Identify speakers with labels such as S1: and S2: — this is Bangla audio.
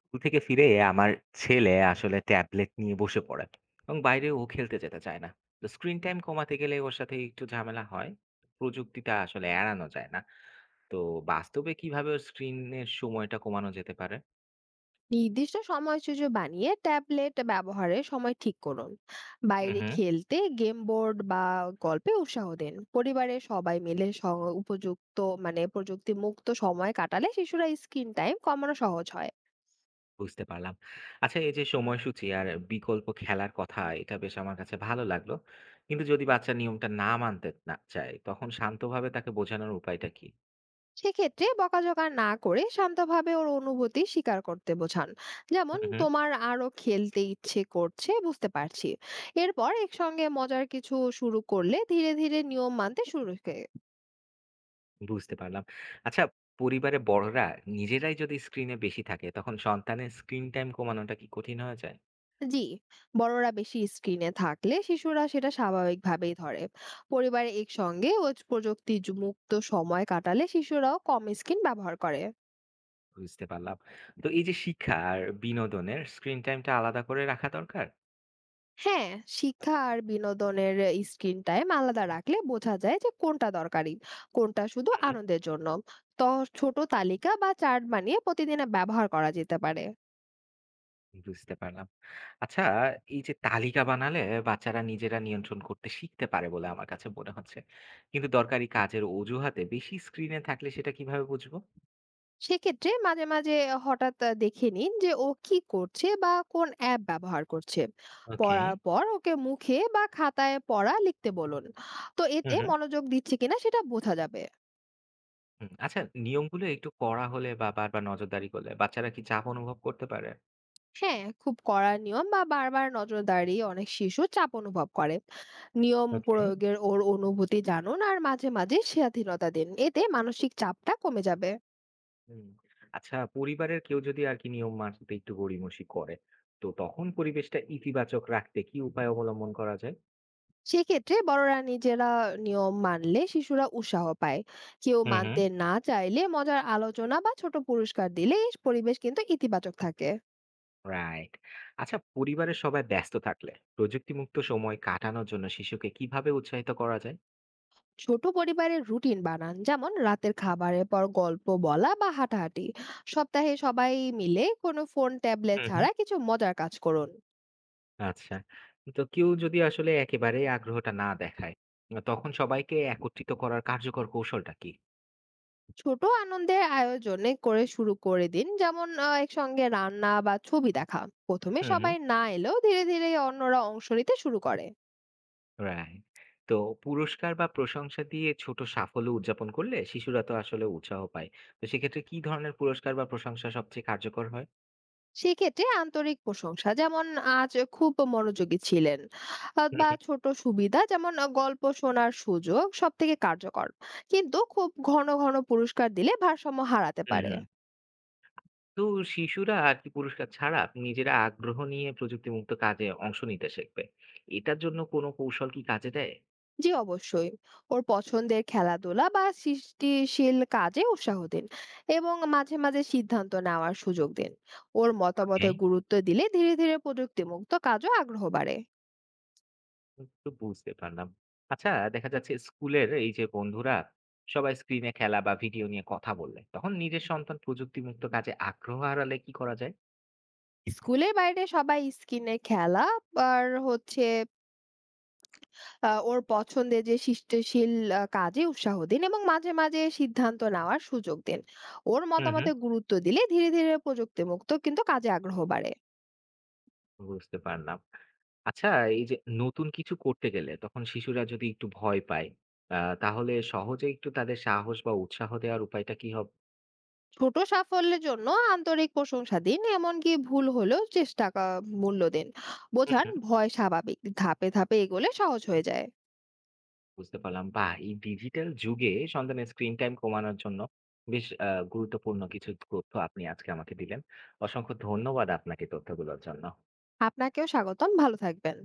S1: স্কুল থেকে ফিরে আমার ছেলে আসলে ট্যাবলেট নিয়ে বসে পড়ে এবং বাইরে ও খেলতে যেতে চায় না। তো স্ক্রিন টাইম কমাতে গেলে ওর সাথে একটু ঝামেলা হয়। প্রযুক্তিটা আসলে এড়ানো যায় না। তো বাস্তবে কিভাবে ওর স্ক্রিনের সময়টা কমানো যেতে পারে?
S2: নির্দিষ্ট সময়সূচি বানিয়ে ট্যাবলেট ব্যবহারের সময় ঠিক করুন।
S1: হুম,
S2: বাইরে
S1: হুম।
S2: খেলতে গেম বোর্ড বা গল্পে উৎসাহ দিন। পরিবারের সবাই মিলে উপযুক্ত, প্রযুক্তি মুক্ত সময় কাটালে শিশুরা স্ক্রিন টাইম কমানো সহজ হয়।
S1: বুঝতে পারলাম। আচ্ছা, এই যে সময়সূচি আর বিকল্প খেলার কথা, এটা বেশ আমার কাছে ভালো লাগলো। কিন্তু যদি বাচ্চা নিয়মটা না মানতে না চায়, তখন শান্তভাবে তাকে বোঝানোর উপায়টা কি?
S2: সেক্ষেত্রে বকাঝকা না করে শান্তভাবে ওর অনুভূতি স্বীকার করতে বোঝান। যেমন,
S1: হুম, হুম।
S2: তোমার আরো খেলতে ইচ্ছে করছে বুঝতে পারছি। এরপর একসঙ্গে মজার কিছু শুরু করলে ধীরে ধীরে নিয়ম মানতে শুরু করে।
S1: বুঝতে পারলাম। আচ্ছা, পরিবারে বড়রা নিজেরাই যদি স্ক্রিনে বেশি থাকে, তখন সন্তানের স্ক্রিন টাইম কমানোটা কি কঠিন হয়ে যায়?
S2: জি, বড়রা বেশি স্ক্রিনে থাকলে শিশুরা সেটা স্বাভাবিকভাবেই ধরে। পরিবারে একসঙ্গে ও প্রযুক্তি মুক্ত সময় কাটালে শিশুরাও কম স্ক্রিন ব্যবহার করে।
S1: বুঝতে পারলাম। তো এই যে শিক্ষা আর বিনোদনের স্ক্রিন টাইমটা আলাদা করে রাখা দরকার?
S2: হ্যাঁ, শিক্ষা আর বিনোদনের স্ক্রিন টাইম আলাদা রাখলে বোঝা যায় যে কোনটা দরকারি, কোনটা শুধু
S1: হুম, হুম।
S2: আনন্দের জন্য। তো ছোট তালিকা বা চার্ট বানিয়ে প্রতিদিনে ব্যবহার করা যেতে পারে।
S1: বুঝতে পারলাম। আচ্ছা, এই যে তালিকা বানালে বাচ্চারা নিজেরা নিয়ন্ত্রণ করতে শিখতে পারে বলে আমার কাছে মনে হচ্ছে। কিন্তু দরকারি কাজের অজুহাতে বেশি স্ক্রিনে থাকলে সেটা কিভাবে বুঝবো?
S2: সেক্ষেত্রে মাঝে মাঝে হঠাৎ দেখে নিন যে ও কি করছে বা কোন অ্যাপ ব্যবহার করছে।
S1: ওকে।
S2: পড়ার পর ওকে মুখে বা খাতায় পড়া লিখতে বলুন। তো
S1: হুম,
S2: এতে
S1: হুম।
S2: মনোযোগ দিচ্ছে কিনা সেটা বোঝা যাবে।
S1: হুম, আচ্ছা, নিয়মগুলো একটু কড়া হলে বা বারবার নজরদারি করলে বাচ্চারা কি চাপ অনুভব করতে পারে?
S2: হ্যাঁ, খুব কড়া নিয়ম বা বারবার নজরদারি অনেক শিশু চাপ অনুভব করে। নিয়ম
S1: ওকে।
S2: প্রয়োগের ওর অনুভূতি জানুন, আর মাঝে মাঝে স্বাধীনতা দিন, এতে মানসিক চাপটা কমে যাবে।
S1: হুম। আচ্ছা, পরিবারের কেউ যদি আর কি নিয়ম মানতে একটু গড়িমসি করে, তো তখন পরিবেশটা ইতিবাচক রাখতে কি উপায় অবলম্বন করা যায়?
S2: সেক্ষেত্রে বড়রা নিজেরা নিয়ম মানলে শিশুরা উৎসাহ পায়। কেউ
S1: হুম, হুম।
S2: মানতে না চাইলে মজার আলোচনা বা ছোট পুরস্কার দিলে এই পরিবেশ কিন্তু ইতিবাচক থাকে।
S1: রাইট। আচ্ছা, পরিবারের সবাই ব্যস্ত থাকলে প্রযুক্তি মুক্ত সময় কাটানোর জন্য শিশুকে কিভাবে উৎসাহিত করা যায়?
S2: ছোট পরিবারের রুটিন বানান, যেমন রাতের খাবারের পর গল্প বলা বা হাঁটাহাঁটি। সপ্তাহে সবাই মিলে কোনো ফোন ট্যাবলেট
S1: হুম, হুম।
S2: ছাড়া কিছু মজার কাজ করুন।
S1: আচ্ছা। তো কেউ যদি আসলে একেবারেই আগ্রহটা না দেখায়, তখন সবাইকে একত্রিত করার কার্যকর কৌশলটা কি?
S2: ছোট আনন্দের আয়োজনে করে শুরু করে দিন, যেমন একসঙ্গে রান্না বা ছবি দেখা। প্রথমে সবাই না এলেও ধীরে ধীরে অন্যরা অংশ নিতে শুরু করে।
S1: রাইট। তো পুরস্কার বা প্রশংসা দিয়ে ছোট সাফল্য উদযাপন করলে শিশুরা তো আসলে উৎসাহ পায়। তো সেক্ষেত্রে কি ধরনের পুরস্কার বা প্রশংসা সবচেয়ে কার্যকর হয়?
S2: সেক্ষেত্রে আন্তরিক প্রশংসা, যেমন আজ খুব মনোযোগী ছিলেন,
S1: হুম,
S2: বা
S1: হুম।
S2: ছোট সুবিধা যেমন গল্প শোনার সুযোগ সব থেকে কার্যকর। কিন্তু খুব ঘন ঘন পুরস্কার দিলে ভারসাম্য হারাতে
S1: হুম,
S2: পারে।
S1: হুম। তো শিশুরা আর কি পুরস্কার ছাড়া নিজেরা আগ্রহ নিয়ে প্রযুক্তিমুক্ত কাজে অংশ নিতে শিখবে। এটার জন্য কোনো কৌশল কি কাজে দেয়?
S2: জি অবশ্যই। ওর পছন্দের খেলাধুলা বা সৃষ্টিশীল কাজে উৎসাহ দিন, এবং মাঝে মাঝে সিদ্ধান্ত নেওয়ার সুযোগ দিন। ওর
S1: ওকে।
S2: মতামতে গুরুত্ব দিলে ধীরে ধীরে প্রযুক্তিমুক্ত কাজও আগ্রহ বাড়ে।
S1: তো বুঝতে পারলাম। আচ্ছা, দেখা যাচ্ছে স্কুলের এই যে বন্ধুরা সবাই স্ক্রিনে খেলা বা ভিডিও নিয়ে কথা বললে তখন নিজের সন্তান প্রযুক্তিমুক্ত কাজে আগ্রহ হারালে কি করা যায়?
S2: স্কুলের বাইরে সবাই স্ক্রিনে খেলা আর হচ্ছে, ওর পছন্দের যে সৃষ্টিশীল কাজে উৎসাহ দিন এবং মাঝে, মাঝে সিদ্ধান্ত নেওয়ার সুযোগ দিন। ওর
S1: হুম, হুম।
S2: মতামতে গুরুত্ব দিলে ধীরে, ধীরে প্রযুক্তিমুক্ত কিন্তু কাজে আগ্রহ বাড়ে।
S1: বুঝতে পারলাম। আচ্ছা, এই যে নতুন কিছু করতে গেলে তখন শিশুরা যদি একটু ভয় পায়, আ তাহলে সহজে একটু তাদের সাহস বা উৎসাহ দেওয়ার উপায়টা কি হবে?
S2: ছোট সাফল্যের জন্য আন্তরিক প্রশংসা দিন, এমনকি ভুল হলেও চেষ্টা মূল্য দিন।
S1: হুম,
S2: বোঝান
S1: হুম,
S2: ভয় স্বাভাবিক। ধাপে, ধাপে এগোলে সহজ হয়ে যায়।
S1: বুঝতে পারলাম। বাহ! এই ডিজিটাল যুগে সন্তানের স্ক্রিন টাইম কমানোর জন্য বেশ গুরুত্বপূর্ণ কিছু তথ্য আপনি আজকে আমাকে দিলেন। অসংখ্য ধন্যবাদ আপনাকে তথ্যগুলোর জন্য।
S2: আপনাকেও স্বাগতম। ভালো থাকবেন।